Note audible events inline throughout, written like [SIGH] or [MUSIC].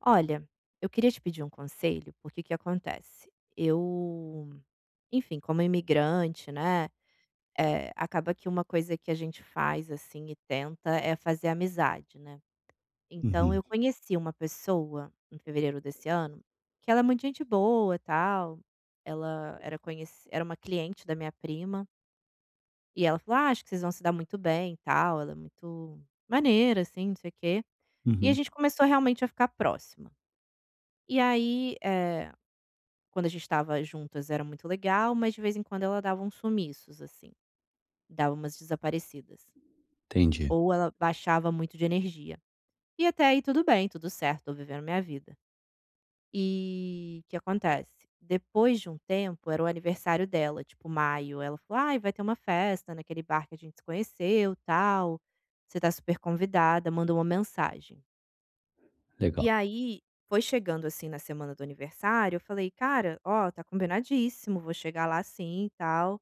Olha, eu queria te pedir um conselho, porque o que acontece? Eu, enfim, como imigrante, né, acaba que uma coisa que a gente faz, assim, e tenta é fazer amizade, né. Então Uhum, eu conheci uma pessoa em fevereiro desse ano, que ela é muito gente boa, tal, ela era uma cliente da minha prima, e ela falou: "Ah, acho que vocês vão se dar muito bem tal, ela é muito maneira, assim, não sei o quê". E a uhum. gente começou realmente a ficar próxima. E aí, quando a gente estava juntas era muito legal, mas de vez em quando ela dava uns sumiços, assim, dava umas desaparecidas. Entendi, Ou ela baixava muito de energia. E até aí tudo bem, tudo certo, tô vivendo minha vida. E o que acontece? Depois de um tempo, era o aniversário dela, tipo maio. Ela falou: ai, vai ter uma festa naquele bar que a gente se conheceu, tal. Você tá super convidada, mandou uma mensagem. legal. E aí, foi chegando assim na semana do aniversário, eu falei, cara, ó, tá combinadíssimo, vou chegar lá sim e tal.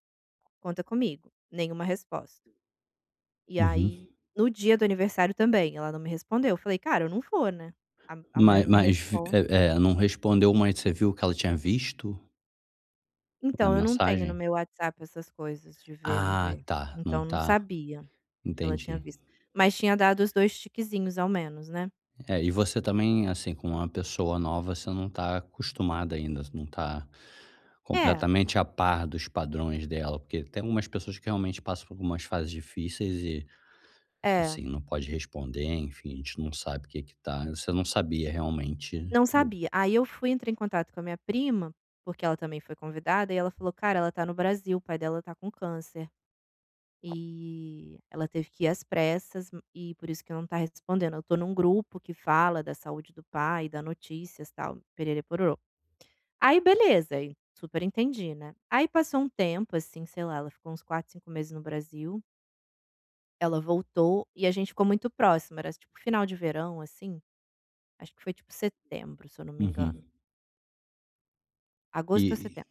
"Conta comigo", nenhuma resposta. E Uhum. aí, no dia do aniversário também, ela não me respondeu. Eu falei: "Cara, eu não vou, né". A Ma mulher não me mas responde. Não respondeu, mas você viu que ela tinha visto a Então, eu não tenho no mensagem? meu WhatsApp essas coisas de ver, não Ah, ver. tá, Então, não eu não tá, sabia se ela tinha entendi. visto. Mas tinha dado os 2 tiquezinhos ao menos, né. É, e você também, assim, com uma pessoa nova, você não tá acostumada ainda, você não tá É, completamente a par dos padrões dela, porque tem algumas pessoas que realmente passam por algumas fases difíceis e, é, assim, não pode responder, enfim, a gente não sabe o que que tá você não sabia realmente não sabia. Aí eu fui entrei em contato com a minha prima, porque ela também foi convidada, e ela falou: "Cara, ela tá no Brasil, o pai dela tá com câncer". E ela teve que ir às pressas e por isso que não tá respondendo. Eu tô num grupo que fala da saúde do pai, dá notícias, tal, pererê pororô. Aí beleza, aí super entendi, né. Aí passou um tempo, assim, sei lá, ela ficou uns 4 5 meses no Brasil, ela voltou e a gente ficou muito próxima, era tipo final de verão, assim, acho que foi tipo setembro, se eu não me uhum. engano, agosto ou E setembro.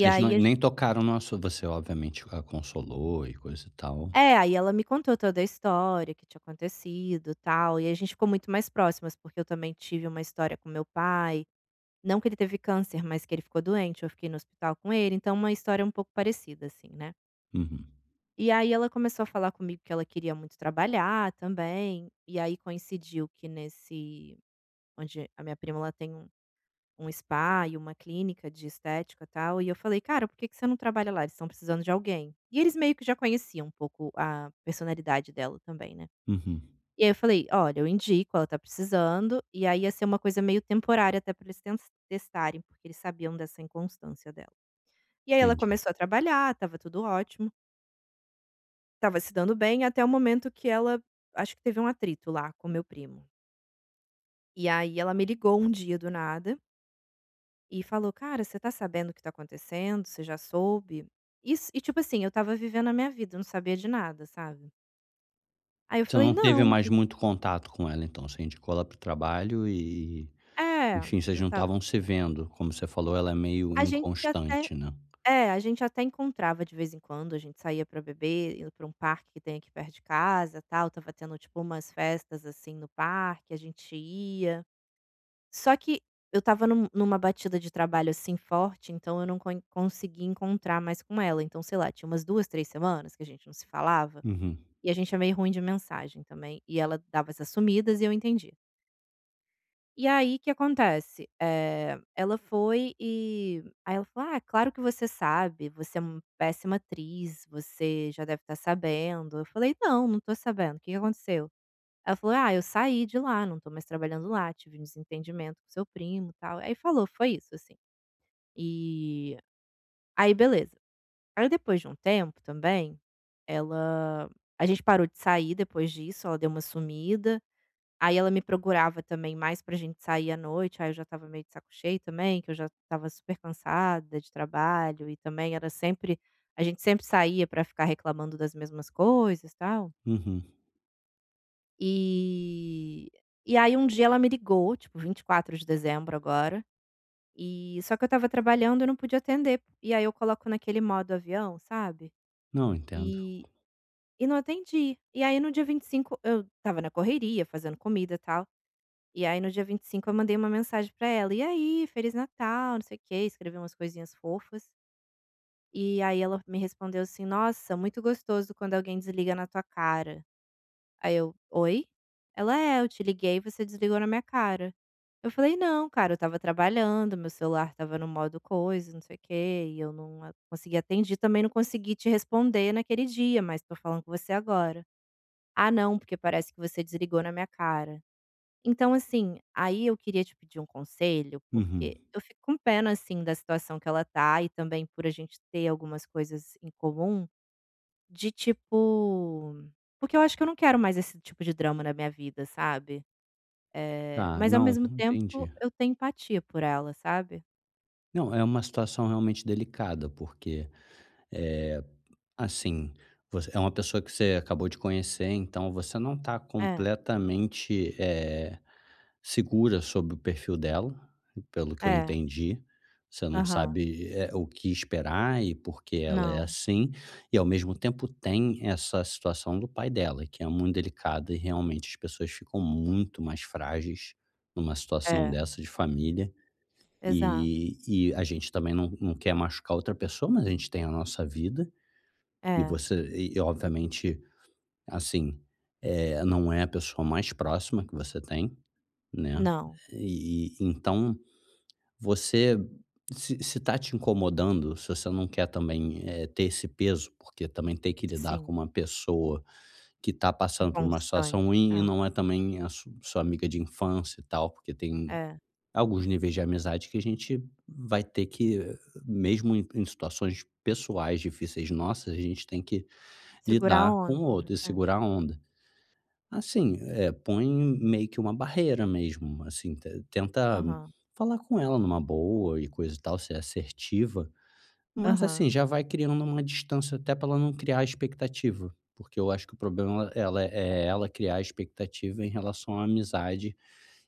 E aí não a nem tocaram no assu você obviamente a consolou e coisa e tal. É, aí ela me contou toda a história, que tinha acontecido, tal, e a gente ficou muito mais próximas, porque eu também tive uma história com meu pai, não que ele teve câncer, mas que ele ficou doente, eu fiquei no hospital com ele, então uma história um pouco parecida assim, né. Uhum, E aí ela começou a falar comigo que ela queria muito trabalhar também, e aí coincidiu que nesse onde a minha prima ela tem um spa e uma clínica de estética, e tal, e eu falei: "Cara, por que que você não trabalha lá? Eles estão precisando de alguém". E eles meio que já conheciam um pouco a personalidade dela também, né. uhum, E aí eu falei: "Olha, eu indico, ela tá precisando", e aí ia ser uma coisa meio temporária até pra eles ten testarem, porque eles sabiam dessa inconstância dela. E aí ela entendi. começou a trabalhar, estava tudo ótimo, estava se dando bem, até o momento que ela acho que teve um atrito lá com meu primo. E aí ela me ligou um dia do nada e falou: "Cara, você tá sabendo o que tá acontecendo? Você já soube?" Isso e, tipo assim, eu estava vivendo a minha vida, eu não sabia de nada, sabe. Aí eu Você falei: não teve "Não, mais que" muito contato com ela então, você indicou ela para o trabalho e, É, enfim, vocês eu não tava estavam se vendo, como você falou, ela é meio a gente até inconstante, né. É, a gente até encontrava de vez em quando, a gente saía pra beber, ia pra um parque que tem aqui perto de casa, tal, tava tendo, tipo, umas festas, assim, no parque, a gente ia. Só que eu estava numa batida de trabalho, assim, forte, então eu não consegui encontrar mais com ela. Então, sei lá, tinha umas 2, 3 semanas que a gente não se falava, Uhum, e a gente é meio ruim de mensagem também, e ela dava essas sumidas e eu entendia. E aí, o que acontece? Ela foi e aí ela falou: "Ah, claro que você sabe, você é uma péssima atriz, você já deve estar sabendo". Eu falei: "Não, não tô sabendo, o que que aconteceu?". Ela falou: "Ah, eu saí de lá, não tô mais trabalhando lá, tive um desentendimento com seu primo, e tal". Aí falou, foi isso, assim. E aí beleza. Aí depois de um tempo também, ela a gente parou de sair depois disso, ela deu uma sumida. Aí ela me procurava também mais pra gente sair à noite, aí eu já estava meio de saco cheio também, que eu já estava super cansada de trabalho e também era sempre a gente sempre saía pra ficar reclamando das mesmas coisas, tal. uhum. E e aí um dia ela me ligou, tipo 24 de dezembro agora, e só que eu estava trabalhando e não podia atender, e aí eu coloco naquele modo avião, sabe. Não, entendo. E e não atendi. E aí no dia 25 eu estava na correria, fazendo comida, tal. E aí no dia 25 eu mandei uma mensagem pra ela: "E aí, feliz Natal, não sei o quê", escrevi umas coisinhas fofas. E aí ela me respondeu assim: "Nossa, muito gostoso quando alguém desliga na tua cara". Aí eu: "Oi?" Ela: "É, eu te liguei e você desligou na minha cara". Eu falei: "Não, cara, eu estava trabalhando, meu celular estava no modo coisa, não sei o quê, e eu não a consegui atendi, também não consegui te responder naquele dia, mas tô falando com você agora". "Ah não, porque parece que você desligou na minha cara". Então, assim, aí eu queria te pedir um conselho, Uhum. porque eu fico com pena, assim, da situação que ela tá e também por a gente ter algumas coisas em comum, de tipo porque eu acho que eu não quero mais esse tipo de drama na minha vida, sabe. Tá, Mas ao não, mesmo tempo entendi. eu tenho empatia por ela, sabe. Não, é uma situação realmente delicada, porque é, assim, você é uma pessoa que você acabou de conhecer, então você não está É, completamente, segura sobre o perfil dela, pelo que eu é, entendi. Você não aham, sabe, o que esperar e por que ela é não, assim, e ao mesmo tempo tem essa situação do pai dela, que é muito delicada e realmente as pessoas ficam muito mais frágeis numa situação é, dessa de família, exato, e a gente também não quer machucar outra pessoa, mas a gente tem a nossa vida e é, você e obviamente, assim, é não é a pessoa mais próxima que você tem, né, não, e então você se tá te incomodando, se você não quer também, ter esse peso, porque também tem que lidar sim, com uma pessoa que tá passando por uma situação inconstante, ruim e é, não é também a su sua amiga de infância e tal, porque tem é, alguns níveis de amizade que a gente vai ter que mesmo em situações pessoais difíceis nossas, a gente tem que segurar a lidar com onda, o né, outro e é, segurar a onda. Assim, põe meio que uma barreira mesmo, assim, te tenta aham, falar com ela numa boa e coisa e tal, ser assertiva, mas assim, aham, já vai criando uma distância até para ela não criar expectativa, porque eu acho que o problema ela é ela criar expectativa em relação à amizade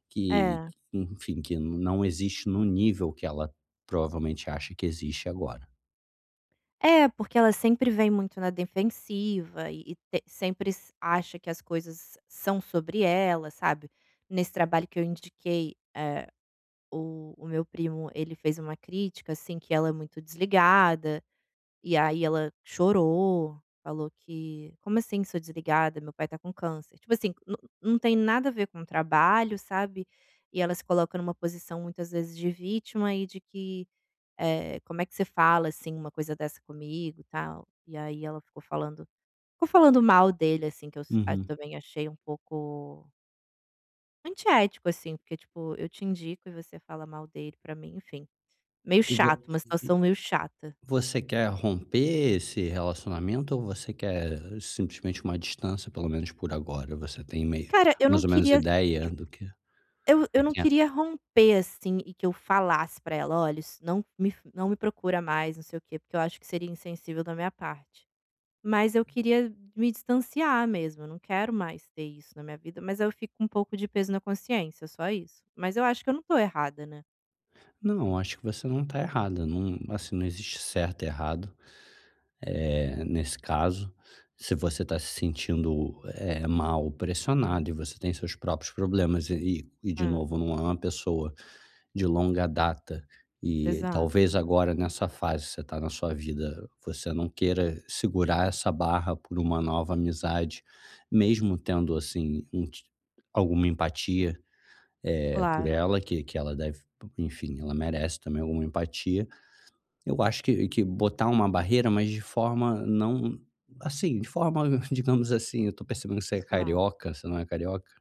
que, é. enfim, que não existe no nível que ela provavelmente acha que existe agora. É, porque ela sempre vem muito na defensiva e te sempre s acha que as coisas são sobre ela, sabe. Nesse trabalho que eu indiquei, o meu primo, ele fez uma crítica, assim, que ela é muito desligada, e aí ela chorou, falou que: "Como assim sou desligada? Meu pai tá com câncer". Tipo assim, não tem nada a ver com o trabalho, sabe. E ela se coloca numa posição muitas vezes de vítima e de que "Como é que você fala, assim, uma coisa dessa comigo?", tal. E aí ela ficou falando mal dele, assim, que eu s ah, Uhum. também achei um pouco antiético, assim, porque, tipo, eu te indico e você fala mal dele pra mim, enfim. Meio E vo chato, uma situação meio chata. Você quer romper esse relacionamento ou você quer simplesmente uma distância, pelo menos por agora? Você tem meio Cara, eu não mais ou menos queria que ideia do que eu eu você não quer? queria romper, assim, e que eu falasse pra ela: "Olha, isso não me procura mais, não sei o quê", porque eu acho que seria insensível da minha parte. Mas eu queria me distanciar mesmo, eu não quero mais ter isso na minha vida, mas eu fico com um pouco de peso na consciência, só isso. Mas eu acho que eu não tô errada, né. Não, acho que você não está errada, não assim, não existe certo e errado, nesse caso. Se você está se sentindo, mal, pressionado e você tem seus próprios problemas e de Hã, novo, não é uma pessoa de longa data. E talvez exato, agora nessa fase que você está na sua vida, você não queira segurar essa barra por uma nova amizade, mesmo tendo assim um ti alguma empatia, por claro, ela, que ela deve enfim, ela merece também alguma empatia. Eu acho que botar uma barreira, mas de forma não assim, de forma [LAUGHS] digamos assim, eu estou percebendo que você é suave. carioca, você não é carioca?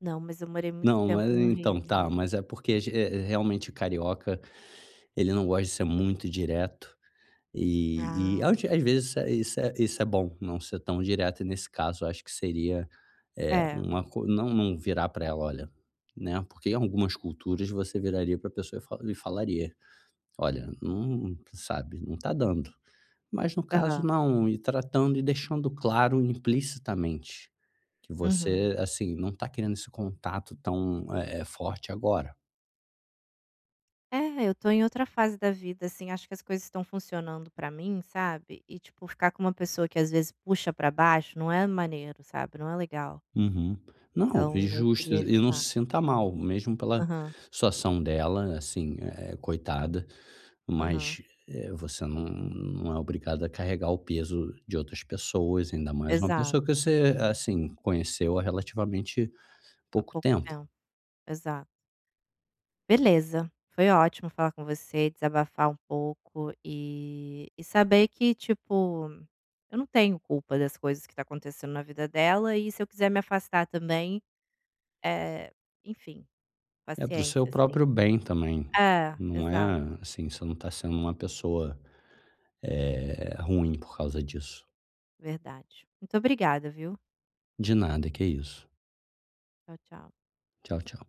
Não, mas eu morei muito Não, mas tempo no então Rio, tá, mas mas é porque realmente carioca. Ele não gosta de ser muito direto, e ah, aos às vezes isso é isso é bom, não ser tão direto, e nesse caso eu acho que seria, é, uma co não virar para ela: "Olha", né, porque em algumas culturas você viraria para a pessoa e fa e falaria: "Olha, não", sabe, "não tá dando". Mas no caso aham, não, e tratando e deixando claro implicitamente que uhum. você, assim, não tá querendo esse contato tão, forte agora. É, eu tô em outra fase da vida, assim, acho que as coisas estão funcionando pra mim, sabe, e, tipo, ficar com uma pessoa que às vezes puxa pra baixo não é maneiro, sabe, não é legal. Uhum. Não, e Então eu justo, queria e não evitar. se sinta mal, mesmo pela Aham, situação dela, assim, coitada, aham, mas, você não é obrigado a carregar o peso de outras pessoas, ainda mais uma pessoa que exato. você, assim, conheceu há relativamente Há pouco pouco tempo. tempo, exato. Beleza, foi ótimo falar com você, desabafar um pouco e saber que, tipo, eu não tenho culpa das coisas que tá acontecendo na vida dela e se eu quiser me afastar também, é enfim, É para o seu paciência, próprio assim. bem também, É, não exato, é, assim, você não está sendo uma pessoa, ruim por causa disso. verdade. Muito obrigada, viu. De nada, que isso. Tchau, tchau. Tchau, tchau.